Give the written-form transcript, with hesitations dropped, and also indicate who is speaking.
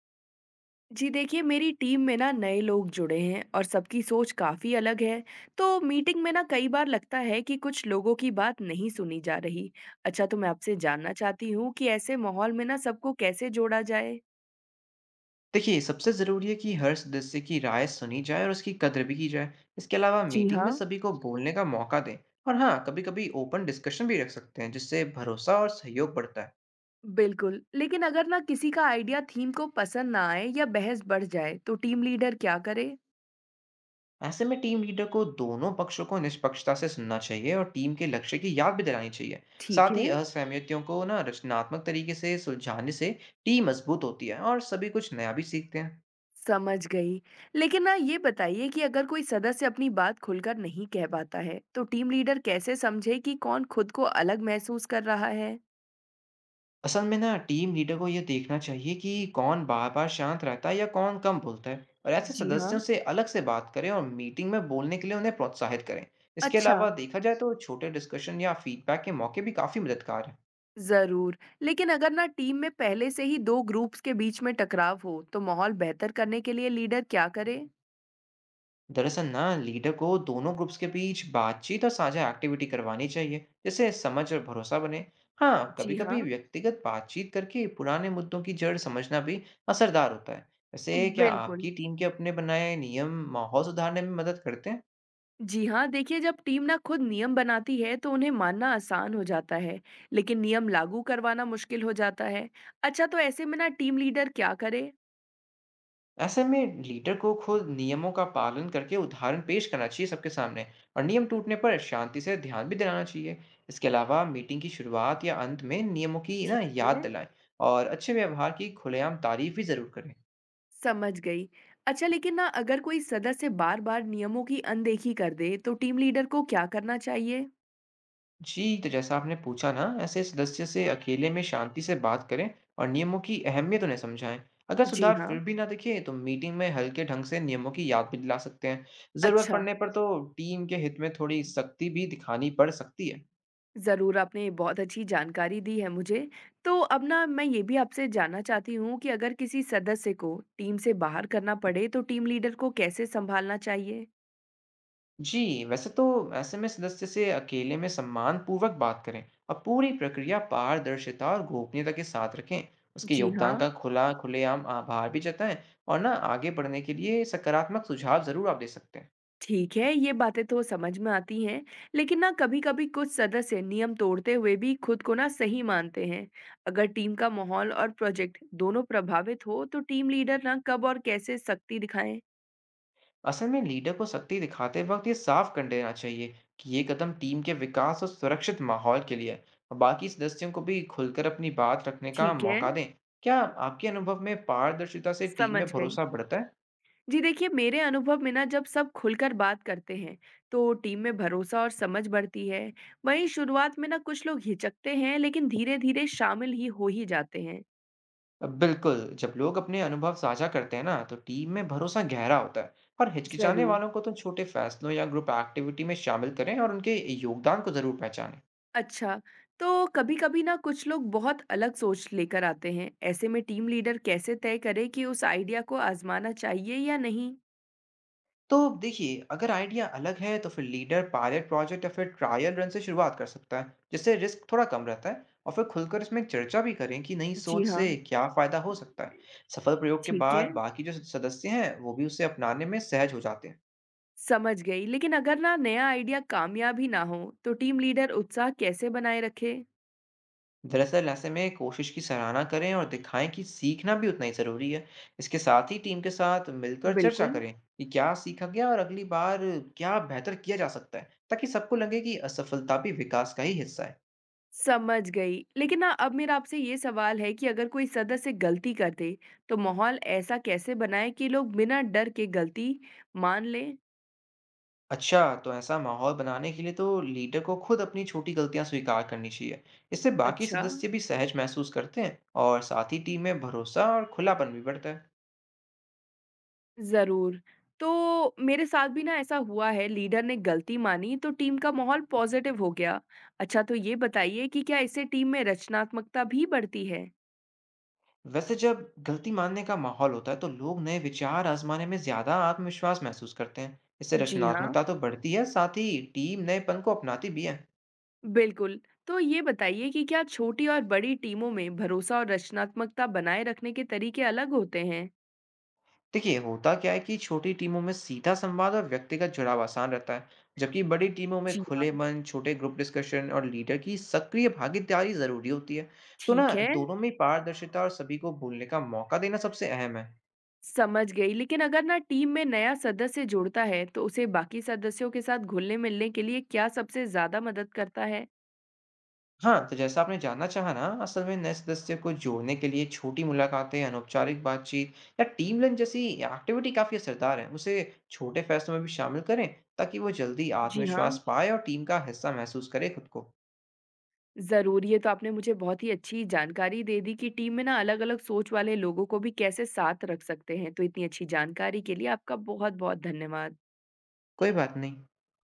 Speaker 1: जी देखिए, मेरी टीम में ना नए लोग जुड़े हैं और सबकी सोच काफ़ी अलग है। तो मीटिंग में ना कई बार लगता है कि कुछ लोगों की बात नहीं सुनी जा रही। अच्छा, तो मैं आपसे जानना चाहती हूँ कि ऐसे माहौल में ना सबको कैसे जोड़ा जाए?
Speaker 2: देखिए सबसे ज़रूरी है कि हर सदस्य की राय सुनी जाए और उसकी कद्र भी की जाए। इसके अलावा
Speaker 1: जी
Speaker 2: मीटिंग में
Speaker 1: हाँ।
Speaker 2: सभी को बोलने का मौका दें। और हाँ, कभी कभी ओपन डिस्कशन भी रख सकते हैं जिससे भरोसा और सहयोग बढ़ता है।
Speaker 1: बिल्कुल, लेकिन अगर ना किसी का आइडिया थीम को पसंद ना आए या बहस बढ़ जाए, तो टीम लीडर क्या करे?
Speaker 2: ऐसे में टीम लीडर को दोनों पक्षों को निष्पक्षता से सुनना चाहिए और टीम के लक्ष्य की याद भी दिलानी चाहिए।
Speaker 1: ठीक
Speaker 2: साथ ही
Speaker 1: है।
Speaker 2: असहमतियों को ना रचनात्मक तरीके से सुलझाने से टीम मजबूत होती है और सभी कुछ नया भी सीखते हैं।
Speaker 1: समझ गई। लेकिन ना ये बताइए कि अगर कोई सदस्य अपनी बात खुलकर नहीं कह पाता है, तो टीम लीडर कैसे समझे कि कौन खुद को अलग महसूस कर रहा है?
Speaker 2: असल में ना टीम लीडर को यह देखना चाहिए कि कौन बार बार शांत रहता है या कौन कम बोलता है, और ऐसे
Speaker 1: जी हाँ।
Speaker 2: सदस्यों से अलग से बात करें और मीटिंग में बोलने के लिए उन्हें प्रोत्साहित करें। इसके
Speaker 1: अच्छा,
Speaker 2: अलावा देखा जाए तो छोटे डिस्कशन या फीडबैक के मौके भी काफी मददगार हैं।
Speaker 1: जरूर। लेकिन अगर ना टीम में पहले से ही दो ग्रुप्स के बीच में टकराव हो, तो माहौल बेहतर करने के लिए लीडर क्या करे?
Speaker 2: दरअसल ना लीडर को दोनों ग्रुप्स के बीच बातचीत और साझा एक्टिविटी करवानी चाहिए जिससे समझ और भरोसा बने। हाँ, कभी
Speaker 1: जी
Speaker 2: कभी
Speaker 1: हाँ।
Speaker 2: व्यक्तिगत बातचीत करके पुराने मुद्दों की जड़ समझना भी असरदार होता है। वैसे क्या
Speaker 1: बिल्कुल।
Speaker 2: आपकी टीम के अपने बनाए नियम माहौल सुधारने में मदद करते हैं?
Speaker 1: जी हाँ, देखिए जब टीम ना खुद नियम बनाती है तो उन्हें मानना आसान हो जाता है, लेकिन नियम लागू करवाना मुश्किल हो जाता है। अच्छा, तो ऐसे में ना टीम लीडर क्या करे।
Speaker 2: ऐसे में लीडर को खुद नियमों का पालन करके उदाहरण पेश करना चाहिए सबके सामने। और नियम टूटने पर शांति से ध्यान भी दिलाना चाहिए। इसके अलावा मीटिंग की शुरुआत या अंत में नियमों की ना
Speaker 1: ठीक
Speaker 2: याद
Speaker 1: है,
Speaker 2: दिलाएं। और अच्छे व्यवहार की खुलेआम तारीफ भी जरूर करें।
Speaker 1: समझ गई। अच्छा, लेकिन ना अगर कोई सदस्य बार-बार नियमों की अनदेखी कर दे, तो टीम लीडर को क्या करना चाहिए?
Speaker 2: जी, तो जैसा आपने पूछा ना, ऐसे सदस्य से अकेले में शांति से बात करें और नियमों की अहमियत उन्हें समझाएं। अगर
Speaker 1: जी
Speaker 2: सुधार फिर
Speaker 1: हाँ।
Speaker 2: भी ना दिखे तो मीटिंग में हल्के ढंग से नियमों की याद भी दिला सकते हैं। जरूरत
Speaker 1: अच्छा,
Speaker 2: पड़ने पर तो टीम के हित में थोड़ी सख्ती भी दिखानी पड़ सकती है।
Speaker 1: ज़रूर। आपने बहुत अच्छी जानकारी दी है मुझे। तो अब ना मैं ये भी आपसे जानना चाहती हूँ कि अगर किसी सदस्य को टीम से बाहर करना पड़े, तो टीम लीडर को कैसे सँभालना चाहिए?
Speaker 2: जी, वैसे तो ऐसे में सदस्य से अकेले में सम्मानपूर्वक बात करें और पूरी प्रक्रिया पारदर्शिता और गोपनीयता के साथ रखें। उसके
Speaker 1: जी
Speaker 2: योगदान
Speaker 1: हाँ।
Speaker 2: का खुला खुलेआम आभार भी जताएं। और ना आगे बढ़ने के लिए सकारात्मक सुझाव ज़रूर आप दे सकते हैं।
Speaker 1: ठीक है, ये बातें तो समझ में आती हैं, लेकिन ना कभी-कभी कुछ सदस्य नियम तोड़ते हुए भी खुद को ना सही मानते हैं। अगर टीम का माहौल और प्रोजेक्ट दोनों प्रभावित हो, तो टीम लीडर ना कब और कैसे सख्ती दिखाएं?
Speaker 2: असल में लीडर को सख्ती दिखाते वक्त ये साफ कर देना चाहिए कि ये कदम टीम के विकास और सुरक्षित माहौल के लिए है। और बाकी सदस्यों को भी खुलकर अपनी बात रखने का
Speaker 1: ठीक है,
Speaker 2: मौका दें। क्या आपके अनुभव में पारदर्शिता से टीम
Speaker 1: समझ
Speaker 2: में
Speaker 1: गई।
Speaker 2: भरोसा बढ़ता है?
Speaker 1: जी देखिए, मेरे अनुभव में ना जब सब खुलकर बात करते हैं, तो टीम में भरोसा और समझ बढ़ती है। वहीं शुरुआत में ना कुछ लोग हिचकते हैं, लेकिन धीरे-धीरे शामिल ही हो ही जाते हैं।
Speaker 2: बिल्कुल, जब लोग अपने अनुभव साझा करते हैं ना तो टीम में भरोसा गहरा होता है। और हिचकिचाने
Speaker 1: जरूर।
Speaker 2: वालों को तो छोटे फैसलों या ग्रुप एक्टिविटी में शामिल करें और उनके योगदान को जरूर पहचानें।
Speaker 1: अच्छा, तो कभी-कभी ना कुछ लोग बहुत अलग सोच लेकर आते हैं। ऐसे में टीम लीडर कैसे तय करे कि उस आइडिया को आज़माना चाहिए या नहीं?
Speaker 2: तो देखिए, अगर आइडिया अलग है तो फिर लीडर पायलट प्रोजेक्ट या फिर ट्रायल रन से शुरुआत कर सकता है जिससे रिस्क थोड़ा कम रहता है। और फिर खुलकर इसमें चर्चा भी करें कि नई
Speaker 1: जी
Speaker 2: सोच
Speaker 1: हाँ,
Speaker 2: से क्या फायदा हो सकता है। सफल प्रयोग के
Speaker 1: ठीक है,
Speaker 2: बाद बाकी जो सदस्य हैं वो भी उसे अपनाने में सहज हो जाते हैं।
Speaker 1: समझ गई। लेकिन अगर ना नया आइडिया कामयाब ही ना हो, तो टीम लीडर उत्साह कैसे बनाए रखे?
Speaker 2: दरअसल ऐसे में कोशिश की सराहना करें और दिखाएं कि सीखना भी उतना ही ज़रूरी है। इसके साथ ही टीम के साथ मिलकर चर्चा
Speaker 1: बिल्कुल,
Speaker 2: करें कि क्या सीखा गया और अगली बार क्या बेहतर किया जा सकता है, ताकि सबको लगे कि असफलता भी विकास का ही हिस्सा है।
Speaker 1: समझ गई। लेकिन ना अब मेरा आपसे ये सवाल है कि अगर कोई सदस्य गलती कर दे, तो माहौल ऐसा कैसे बनाएँ कि लोग बिना डर के गलती मान लें?
Speaker 2: अच्छा, तो ऐसा माहौल बनाने के लिए तो लीडर को खुद अपनी छोटी गलतियां स्वीकार करनी चाहिए। इससे बाकी
Speaker 1: अच्छा।
Speaker 2: सदस्य भी सहज महसूस करते हैं। और साथ ही टीम में भरोसा और खुलापन भी बढ़ता है।
Speaker 1: ज़रूर। तो मेरे साथ भी ना ऐसा हुआ है, लीडर ने गलती मानी तो टीम का माहौल पॉज़िटिव हो गया। अच्छा, तो ये बताइए कि क्या इससे टीम में रचनात्मकता भी बढ़ती है?
Speaker 2: वैसे जब गलती मानने का माहौल होता है तो लोग नए विचार आजमाने में ज्यादा आत्मविश्वास महसूस करते हैं। इससे
Speaker 1: जी हाँ,
Speaker 2: रचनात्मकता तो बढ़ती है, साथ ही टीम नएपन को अपनाती भी है।
Speaker 1: बिल्कुल। तो ये बताइए कि क्या छोटी और बड़ी टीमों में भरोसा और रचनात्मकता बनाए रखने के तरीके अलग होते हैं?
Speaker 2: देखिए, होता क्या है कि छोटी टीमों में सीधा संवाद और व्यक्तिगत जुड़ाव आसान रहता है, जबकि बड़ी टीमों में
Speaker 1: जी
Speaker 2: खुले
Speaker 1: हाँ,
Speaker 2: मन, छोटे ग्रुप डिस्कशन और लीडर की सक्रिय भागीदारी जरूरी होती है। तो ना
Speaker 1: ठीक है,
Speaker 2: दोनों में पारदर्शिता और सभी को बोलने का मौका देना सबसे अहम है।
Speaker 1: समझ गई। लेकिन अगर ना टीम में नया सदस्य जुड़ता है, तो उसे बाकी सदस्यों के साथ घुलने-मिलने के लिए क्या सबसे ज़्यादा मदद करता है?
Speaker 2: हाँ, तो जैसा आपने जानना चाहा ना, असल में नए सदस्य को जोड़ने के लिए छोटी मुलाकातें, अनौपचारिक बातचीत या टीम लंच जैसी एक्टिविटी काफ़ी असरदार है। उसे छोटे फैसलों में भी शामिल करें, ताकि वो जल्दी
Speaker 1: जी हाँ।
Speaker 2: आत्मविश्वास पाए और टीम का हिस्सा महसूस करे खुद को।
Speaker 1: ज़रूर, ये तो आपने मुझे बहुत ही अच्छी जानकारी दे दी कि टीम में ना अलग-अलग सोच वाले लोगों को भी कैसे साथ रख सकते हैं। तो इतनी अच्छी जानकारी के लिए आपका बहुत-बहुत धन्यवाद।
Speaker 2: कोई बात नहीं।